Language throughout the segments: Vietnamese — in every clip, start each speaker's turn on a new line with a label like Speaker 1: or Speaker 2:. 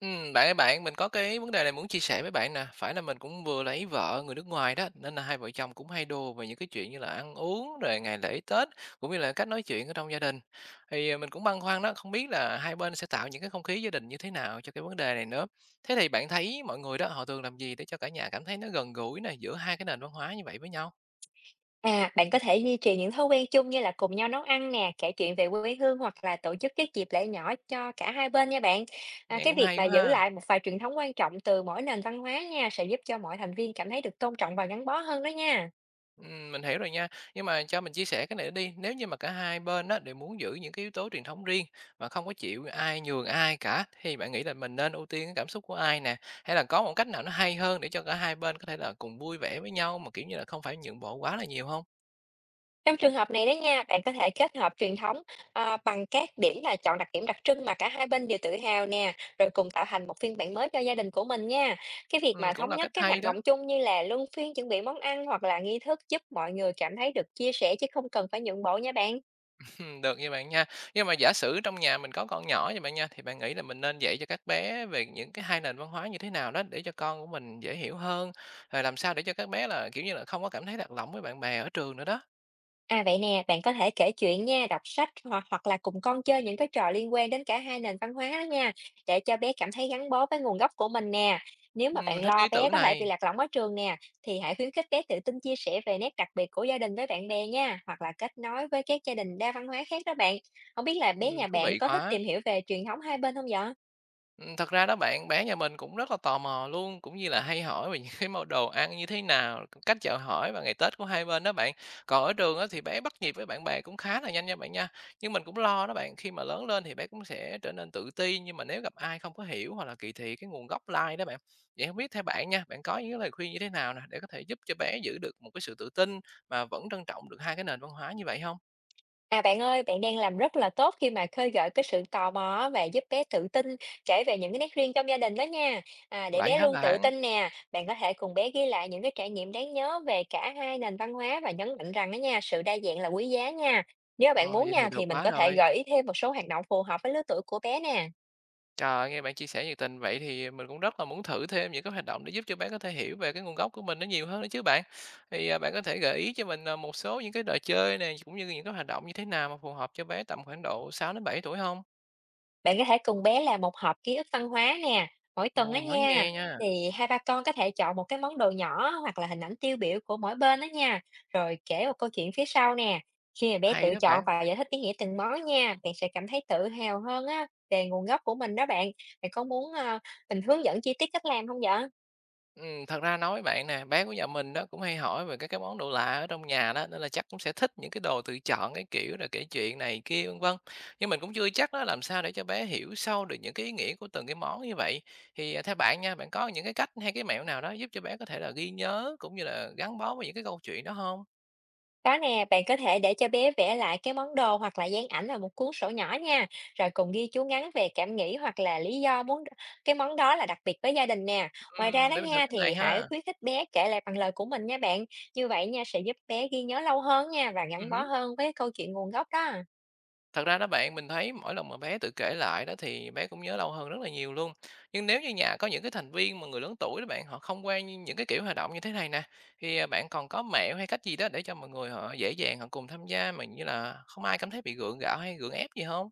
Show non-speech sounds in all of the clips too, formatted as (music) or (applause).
Speaker 1: Bạn ơi bạn, mình có cái vấn đề này muốn chia sẻ với bạn nè. Phải là mình cũng vừa lấy vợ người nước ngoài đó, nên là hai vợ chồng cũng hay đùa về những cái chuyện như là ăn uống rồi ngày lễ Tết, cũng như là cách nói chuyện ở trong gia đình. Thì, mình cũng băn khoăn đó, không biết là hai bên sẽ tạo những cái không khí gia đình như thế nào cho cái vấn đề này nữa. Thế thì bạn thấy mọi người đó, họ thường làm gì để cho cả nhà cảm thấy nó gần gũi nè, giữa hai cái nền văn hóa như vậy với nhau?
Speaker 2: À, bạn có thể duy trì những thói quen chung như là cùng nhau nấu ăn nè, kể chuyện về quê hương hoặc là tổ chức các dịp lễ nhỏ cho cả hai bên nha bạn. À,
Speaker 1: Nghe
Speaker 2: cái
Speaker 1: cũng
Speaker 2: việc
Speaker 1: hay
Speaker 2: mà
Speaker 1: quá
Speaker 2: giữ
Speaker 1: ha.
Speaker 2: lại một vài truyền thống quan trọng từ mỗi nền văn hóa nha sẽ giúp cho mọi thành viên cảm thấy được tôn trọng và gắn bó hơn đó nha.
Speaker 1: Mình hiểu rồi nha. Nhưng mà cho mình chia sẻ cái này đi, nếu như mà cả hai bên á đều muốn giữ những cái yếu tố truyền thống riêng mà không có chịu ai nhường ai cả thì bạn nghĩ là mình nên ưu tiên cái cảm xúc của ai nè? Hay là có một cách nào nó hay hơn để cho cả hai bên có thể là cùng vui vẻ với nhau mà kiểu như là không phải nhượng bộ quá là nhiều không?
Speaker 2: Trong trường hợp này đó nha, bạn có thể kết hợp truyền thống bằng các điểm là chọn đặc điểm đặc trưng mà cả hai bên đều tự hào nè, rồi cùng tạo thành một phiên bản mới cho gia đình của mình nha. Cái việc mà
Speaker 1: Cũng
Speaker 2: thống
Speaker 1: là
Speaker 2: nhất
Speaker 1: cách
Speaker 2: các
Speaker 1: hay
Speaker 2: hoạt
Speaker 1: đó.
Speaker 2: động chung như là luân phiên chuẩn bị món ăn hoặc là nghi thức giúp mọi người cảm thấy được chia sẻ chứ không cần phải nhượng bộ nha bạn.
Speaker 1: (laughs) Được như bạn nha. Nhưng mà giả sử trong nhà mình có con nhỏ như bạn nha, thì bạn nghĩ là mình nên dạy cho các bé về những cái hai nền văn hóa như thế nào đó để cho con của mình dễ hiểu hơn, rồi làm sao để cho các bé là kiểu như là không có cảm thấy lạc lõng với bạn bè ở trường nữa đó.
Speaker 2: À, vậy nè, bạn có thể kể chuyện nha, đọc sách hoặc hoặc là cùng con chơi những cái trò liên quan đến cả hai nền văn hóa đó nha, để cho bé cảm thấy gắn bó với nguồn gốc của mình nè. Nếu mà
Speaker 1: Mình
Speaker 2: bạn
Speaker 1: thích cái
Speaker 2: lo
Speaker 1: ý
Speaker 2: bé
Speaker 1: tưởng
Speaker 2: có thể bị
Speaker 1: này.
Speaker 2: lạc lõng ở trường nè, thì hãy khuyến khích bé tự tin chia sẻ về nét đặc biệt của gia đình với bạn bè nha, hoặc là kết nối với các gia đình đa văn hóa khác đó bạn. Không biết là bé
Speaker 1: Ừm,
Speaker 2: nhà
Speaker 1: thú
Speaker 2: bạn
Speaker 1: vị
Speaker 2: có thích
Speaker 1: quá.
Speaker 2: tìm hiểu về truyền thống hai bên không vậy?
Speaker 1: Thật ra đó bạn, bé nhà mình cũng rất là tò mò luôn, cũng như là hay hỏi về những cái món đồ ăn như thế nào, cách chào hỏi và ngày Tết của hai bên đó bạn. Còn ở trường á thì bé bắt nhịp với bạn bè cũng khá là nhanh nha bạn nha, nhưng mình cũng lo đó bạn, khi mà lớn lên thì bé cũng sẽ trở nên tự ti, nhưng mà nếu gặp ai không có hiểu hoặc là kỳ thị cái nguồn gốc lai đó bạn. Vậy hông biết theo bạn nha, bạn có những cái lời khuyên như thế nào nè, để có thể giúp cho bé giữ được một cái sự tự tin mà vẫn trân trọng được hai cái nền văn hóa như vậy không?
Speaker 2: À, bạn ơi, bạn đang làm rất là tốt khi mà khơi gợi cái sự tò mò á và giúp bé tự tin kể về những cái nét riêng trong gia đình đó nha. À, để
Speaker 1: Vậy
Speaker 2: bé
Speaker 1: hả
Speaker 2: luôn tự
Speaker 1: bạn?
Speaker 2: tin nè, bạn có thể cùng bé ghi lại những cái trải nghiệm đáng nhớ về cả hai nền văn hóa và nhấn mạnh rằng đó nha, sự đa dạng là quý giá nha. Nếu mà bạn
Speaker 1: Rồi,
Speaker 2: muốn
Speaker 1: vậy
Speaker 2: nha
Speaker 1: thì được
Speaker 2: thì mình
Speaker 1: quá
Speaker 2: có thể
Speaker 1: rồi.
Speaker 2: gợi ý thêm một số hoạt động phù hợp với lứa tuổi của bé nè.
Speaker 1: Trời, nghe bạn chia sẻ nhiệt tình vậy thì mình cũng rất là muốn thử thêm những cái hoạt động để giúp cho bạn có thể hiểu về cái nguồn gốc của mình nó nhiều hơn nữa chứ bạn. Thì, bạn có thể gợi ý cho mình, một số những cái trò chơi này cũng như những cái hoạt động như thế nào mà phù hợp cho bé tầm khoảng độ 6 đến 7 tuổi không?
Speaker 2: Bạn có thể cùng bé làm một hộp ký ức văn hóa nè, mỗi tuần đó
Speaker 1: Ồ, mới
Speaker 2: nha.
Speaker 1: nghe nha,
Speaker 2: Thì hai ba con có thể chọn một cái món đồ nhỏ hoặc là hình ảnh tiêu biểu của mỗi bên đó nha. Rồi kể một câu chuyện phía sau nè. Khi mà bé
Speaker 1: hay
Speaker 2: tự
Speaker 1: đó
Speaker 2: chọn
Speaker 1: bạn.
Speaker 2: và giải thích ý nghĩa từng món nha, bạn sẽ cảm thấy tự hào hơn á về nguồn gốc của mình đó bạn. Bạn có muốn mình hướng dẫn chi tiết cách làm không vậy?
Speaker 1: Thật ra nói với bạn nè, bé của nhà mình đó cũng hay hỏi về các cái món đồ lạ ở trong nhà đó, nên là chắc cũng sẽ thích những cái đồ tự chọn cái kiểu rồi kể chuyện này kia vân vân. Nhưng mình cũng chưa chắc đó làm sao để cho bé hiểu sâu được những cái ý nghĩa của từng cái món như vậy. Thì theo bạn nha, bạn có những cái cách hay cái mẹo nào đó giúp cho bé có thể là ghi nhớ cũng như là gắn bó với những cái câu chuyện đó không?
Speaker 2: Có nè, bạn có thể để cho bé vẽ lại cái món đồ hoặc là dán ảnh vào một cuốn sổ nhỏ nha, rồi cùng ghi chú ngắn về cảm nghĩ hoặc là lý do muốn cái món đó là đặc biệt với gia đình nè. Ngoài ra đó
Speaker 1: Để mình thử
Speaker 2: nha
Speaker 1: cái này
Speaker 2: thì hãy
Speaker 1: ha.
Speaker 2: khuyến khích bé kể lại bằng lời của mình nha bạn. Như vậy nha sẽ giúp bé ghi nhớ lâu hơn nha và gắn bó hơn với câu chuyện nguồn gốc đó.
Speaker 1: Thật ra đó bạn, mình thấy mỗi lần mà bé tự kể lại đó thì bé cũng nhớ lâu hơn rất là nhiều luôn. Nhưng nếu như nhà có những cái thành viên mà người lớn tuổi đó bạn, họ không quen những cái kiểu hoạt động như thế này nè, thì bạn còn có mẹo hay cách gì đó để cho mọi người họ dễ dàng họ cùng tham gia mà như là không ai cảm thấy bị gượng gạo hay gượng ép gì không?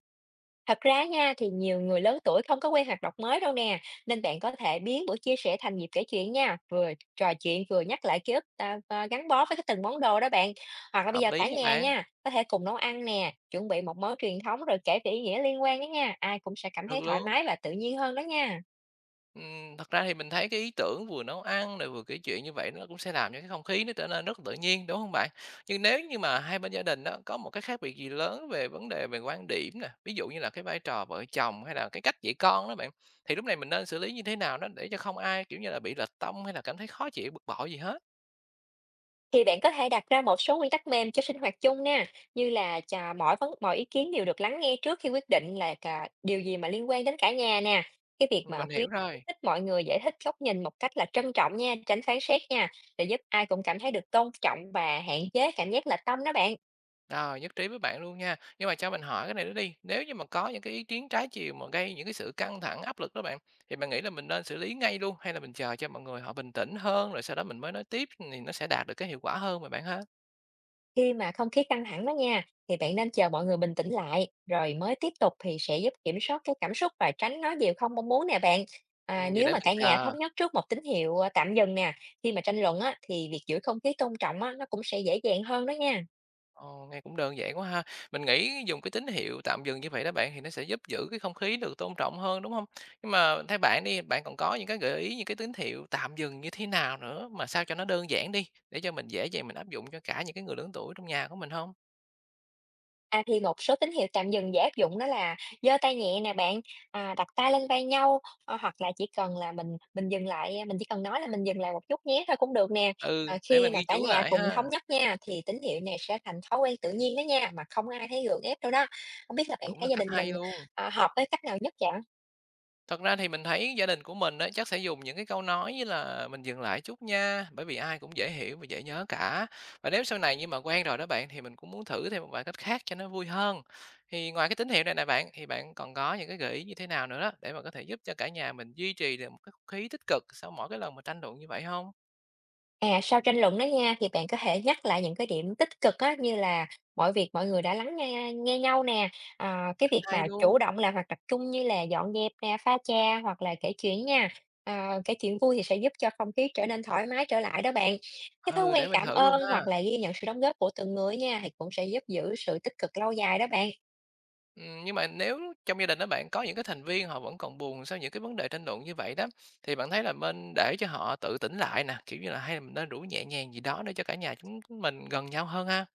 Speaker 2: Thật ra nha thì nhiều người lớn tuổi không có quen hoạt động mới đâu nè, nên bạn có thể biến buổi chia sẻ thành dịp kể chuyện nha, vừa trò chuyện vừa nhắc lại ký ức và gắn bó với cái từng món đồ đó bạn. Hoặc là bây
Speaker 1: Hợp
Speaker 2: giờ
Speaker 1: lý
Speaker 2: cả
Speaker 1: nha
Speaker 2: nhà
Speaker 1: bạn,
Speaker 2: nha, có thể cùng nấu ăn nè, chuẩn bị một món truyền thống rồi kể về ý nghĩa liên quan đó nha, ai cũng sẽ cảm thấy
Speaker 1: được
Speaker 2: thoải
Speaker 1: luôn.
Speaker 2: mái và tự nhiên hơn đó nha.
Speaker 1: Thật ra thì mình thấy cái ý tưởng vừa nấu ăn rồi vừa kể chuyện như vậy nó cũng sẽ làm cho cái không khí nó trở nên rất tự nhiên, đúng không bạn? Nhưng nếu như mà hai bên gia đình đó có một cái khác biệt gì lớn về vấn đề về quan điểm nè, ví dụ như là cái vai trò vợ chồng hay là cái cách dạy con đó bạn, thì lúc này mình nên xử lý như thế nào đó để cho không ai, kiểu như là, bị lệch tông hay là cảm thấy khó chịu, bực bội gì hết?
Speaker 2: Thì bạn có thể đặt ra một số nguyên tắc mềm cho sinh hoạt chung nha, như là chà, mọi ý kiến đều được lắng nghe trước khi quyết định là cả điều gì mà liên quan đến cả nhà nè. Cái việc mà
Speaker 1: Mình
Speaker 2: khuyến
Speaker 1: hiểu rồi.
Speaker 2: khích mọi người giải thích góc nhìn một cách là trân trọng nha, tránh phán xét nha, để giúp ai cũng cảm thấy được tôn trọng và hạn chế cảm giác lệch tâm đó bạn.
Speaker 1: Rồi, nhất trí với bạn luôn nha. Nhưng mà cho mình hỏi cái này nữa đi, nếu như mà có những cái ý kiến trái chiều mà gây những cái sự căng thẳng, áp lực đó bạn, thì bạn nghĩ là mình nên xử lý ngay luôn hay là mình chờ cho mọi người họ bình tĩnh hơn rồi sau đó mình mới nói tiếp thì nó sẽ đạt được cái hiệu quả hơn mà bạn ha?
Speaker 2: Khi mà không khí căng thẳng đó nha, thì bạn nên chờ mọi người bình tĩnh lại, rồi mới tiếp tục thì sẽ giúp kiểm soát cái cảm xúc và tránh nói điều không mong muốn nè bạn. À,
Speaker 1: Vậy
Speaker 2: nếu
Speaker 1: để
Speaker 2: mà
Speaker 1: mình
Speaker 2: cả nhà
Speaker 1: chờ.
Speaker 2: thống nhất trước một tín hiệu tạm dừng nè, khi mà tranh luận á, thì việc giữ không khí tôn trọng á, nó cũng sẽ dễ dàng hơn đó nha.
Speaker 1: Ồ, nghe cũng đơn giản quá ha. Mình nghĩ dùng cái tín hiệu tạm dừng như vậy đó bạn thì nó sẽ giúp giữ cái không khí được tôn trọng hơn đúng không? Nhưng mà theo bạn đi, bạn còn có những cái gợi ý những cái tín hiệu tạm dừng như thế nào nữa mà sao cho nó đơn giản đi để cho mình dễ dàng mình áp dụng cho cả những cái người lớn tuổi trong nhà của mình không?
Speaker 2: À, thì một số tín hiệu tạm dừng dễ áp dụng đó là giơ tay nhẹ nè bạn, đặt tay lên vai nhau, hoặc là chỉ cần là mình dừng lại, mình chỉ cần nói là "Mình dừng lại một chút nhé" thôi cũng được nè.
Speaker 1: Ừ,
Speaker 2: Ờ,
Speaker 1: để
Speaker 2: khi
Speaker 1: mình
Speaker 2: mà
Speaker 1: ghi
Speaker 2: cả
Speaker 1: chú
Speaker 2: nhà
Speaker 1: lại
Speaker 2: cùng
Speaker 1: ha,
Speaker 2: thống nhất nha, thì tín hiệu này sẽ thành thói quen tự nhiên đó nha, mà không ai thấy gượng ép đâu đó. Không biết là bạn
Speaker 1: cũng
Speaker 2: thấy
Speaker 1: là
Speaker 2: gia
Speaker 1: cách
Speaker 2: đình mình,
Speaker 1: hay luôn.
Speaker 2: hợp với cách nào nhất vậy?
Speaker 1: Thật ra thì mình thấy gia đình của mình á, chắc sẽ dùng những cái câu nói như là "Mình dừng lại chút nha", bởi vì ai cũng dễ hiểu và dễ nhớ cả. Và nếu sau này như mà quen rồi đó bạn, thì mình cũng muốn thử thêm một vài cách khác cho nó vui hơn. Thì ngoài cái tín hiệu này nè bạn, thì bạn còn có những cái gợi ý như thế nào nữa đó, để mà có thể giúp cho cả nhà mình duy trì được một cái không khí tích cực sau mỗi cái lần mà tranh luận như vậy không?
Speaker 2: À, sau tranh luận đó nha, thì bạn có thể nhắc lại những cái điểm tích cực á, như là mọi người đã lắng nghe nghe nhau nè, cái việc mà
Speaker 1: Hay luôn,
Speaker 2: chủ động làm hoặc tập trung như là dọn dẹp nè, pha trà hoặc là kể chuyện nha. À, kể chuyện vui thì sẽ giúp cho không khí trở nên thoải mái trở lại đó bạn. Cái thói
Speaker 1: ừ,
Speaker 2: quen
Speaker 1: để mình
Speaker 2: cảm
Speaker 1: thử luôn
Speaker 2: ơn
Speaker 1: ha.
Speaker 2: hoặc là ghi nhận sự đóng góp của từng người nha thì cũng sẽ giúp giữ sự tích cực lâu dài đó bạn.
Speaker 1: Nhưng mà nếu trong gia đình đó bạn có những cái thành viên họ vẫn còn buồn sau những cái vấn đề tranh luận như vậy đó, thì bạn thấy là mình để cho họ tự tỉnh lại nè, kiểu như là, hay là mình nên rủ nhẹ nhàng gì đó để cho cả nhà chúng chúng mình gần nhau hơn ha?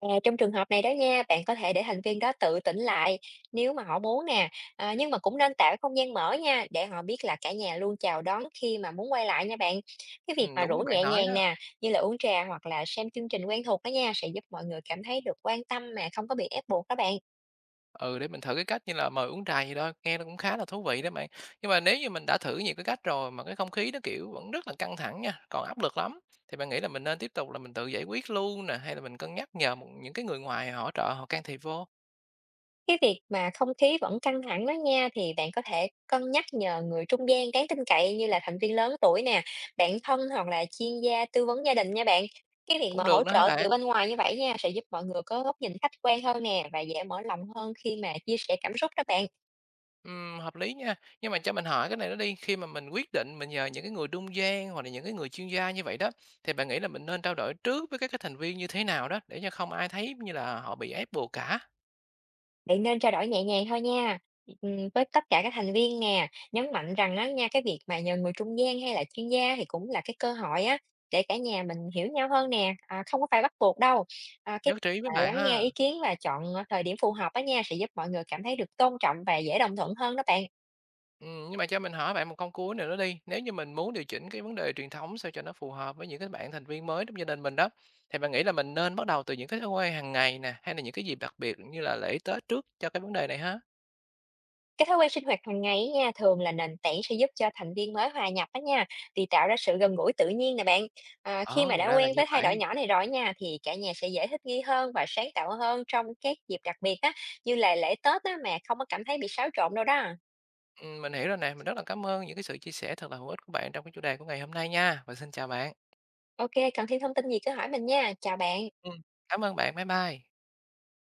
Speaker 2: À, trong trường hợp này đó nha, bạn có thể để thành viên đó tự tỉnh lại nếu mà họ muốn nè, nhưng mà cũng nên tạo cái không gian mở nha, để họ biết là cả nhà luôn chào đón khi mà muốn quay lại nha bạn. Cái việc mà
Speaker 1: Đúng
Speaker 2: rủ
Speaker 1: như bạn
Speaker 2: nhẹ
Speaker 1: nói đó,
Speaker 2: nhàng nè, như là uống trà hoặc là xem chương trình quen thuộc đó nha, sẽ giúp mọi người cảm thấy được quan tâm mà không có bị ép buộc đó bạn.
Speaker 1: ừ, để mình thử cái cách như là mời uống trà gì đó, nghe nó cũng khá là thú vị đó bạn. Nhưng mà nếu như mình đã thử nhiều cái cách rồi mà cái không khí nó, kiểu, vẫn rất là căng thẳng nha, còn áp lực lắm, thì bạn nghĩ là mình nên tiếp tục là mình tự giải quyết luôn nè, hay là mình cân nhắc nhờ một những cái người ngoài hỗ trợ, họ can thiệp vô?
Speaker 2: Cái việc mà không khí vẫn căng thẳng đó nha, thì bạn có thể cân nhắc nhờ người trung gian đáng tin cậy như là thành viên lớn tuổi nè, bạn thân hoặc là chuyên gia tư vấn gia đình nha bạn. Cái việc mà
Speaker 1: Cũng
Speaker 2: hỗ
Speaker 1: được đó hả
Speaker 2: trợ từ
Speaker 1: bạn?
Speaker 2: bên ngoài như vậy nha, sẽ giúp mọi người có góc nhìn khách quan hơn nè và dễ mở lòng hơn khi mà chia sẻ cảm xúc đó bạn.
Speaker 1: Hợp lý nha. Nhưng mà cho mình hỏi cái này nó đi, khi mà mình quyết định mình nhờ những cái người trung gian hoặc là những cái người chuyên gia như vậy đó, thì bạn nghĩ là mình nên trao đổi trước với các cái thành viên như thế nào đó để cho không ai thấy như là họ bị ép buộc cả?
Speaker 2: Bạn nên trao đổi nhẹ nhàng thôi nha, với tất cả các thành viên nè, nhấn mạnh rằng á nha, cái việc mà nhờ người trung gian hay là chuyên gia thì cũng là cái cơ hội á, để cả nhà mình hiểu nhau hơn nè, không có phải bắt buộc đâu. À, cái
Speaker 1: Nhất trí với bạn
Speaker 2: lắng nghe
Speaker 1: ha.
Speaker 2: ý kiến và chọn, thời điểm phù hợp á nha, sẽ giúp mọi người cảm thấy được tôn trọng và dễ đồng thuận hơn đó bạn.
Speaker 1: Nhưng mà cho mình hỏi bạn một câu cuối nữa đó đi. Nếu như mình muốn điều chỉnh cái vấn đề truyền thống sao cho nó phù hợp với những cái bạn thành viên mới trong gia đình mình đó, thì bạn nghĩ là mình nên bắt đầu từ những cái thói quen hàng ngày nè, hay là những cái dịp đặc biệt như là lễ Tết trước cho cái vấn đề này ha?
Speaker 2: Cái thói quen sinh hoạt hàng ngày ấy nha, thường là nền tảng sẽ giúp cho thành viên mới hòa nhập á nha, thì tạo ra sự gần gũi tự nhiên nè bạn. À, khi mà
Speaker 1: Ồ,
Speaker 2: đã
Speaker 1: ra là
Speaker 2: quen
Speaker 1: như
Speaker 2: với thay đổi
Speaker 1: vậy.
Speaker 2: nhỏ này rồi nha, thì cả nhà sẽ dễ thích nghi hơn và sáng tạo hơn trong các dịp đặc biệt á, như là lễ Tết á, mà không có cảm thấy bị xáo trộn đâu đó.
Speaker 1: Mình hiểu rồi nè, mình rất là cảm ơn những cái sự chia sẻ thật là hữu ích của bạn trong cái chủ đề của ngày hôm nay nha, và xin chào bạn.
Speaker 2: OK, cần thêm thông tin gì cứ hỏi mình nha. Chào bạn.
Speaker 1: Ừm, cảm ơn bạn, bye bye.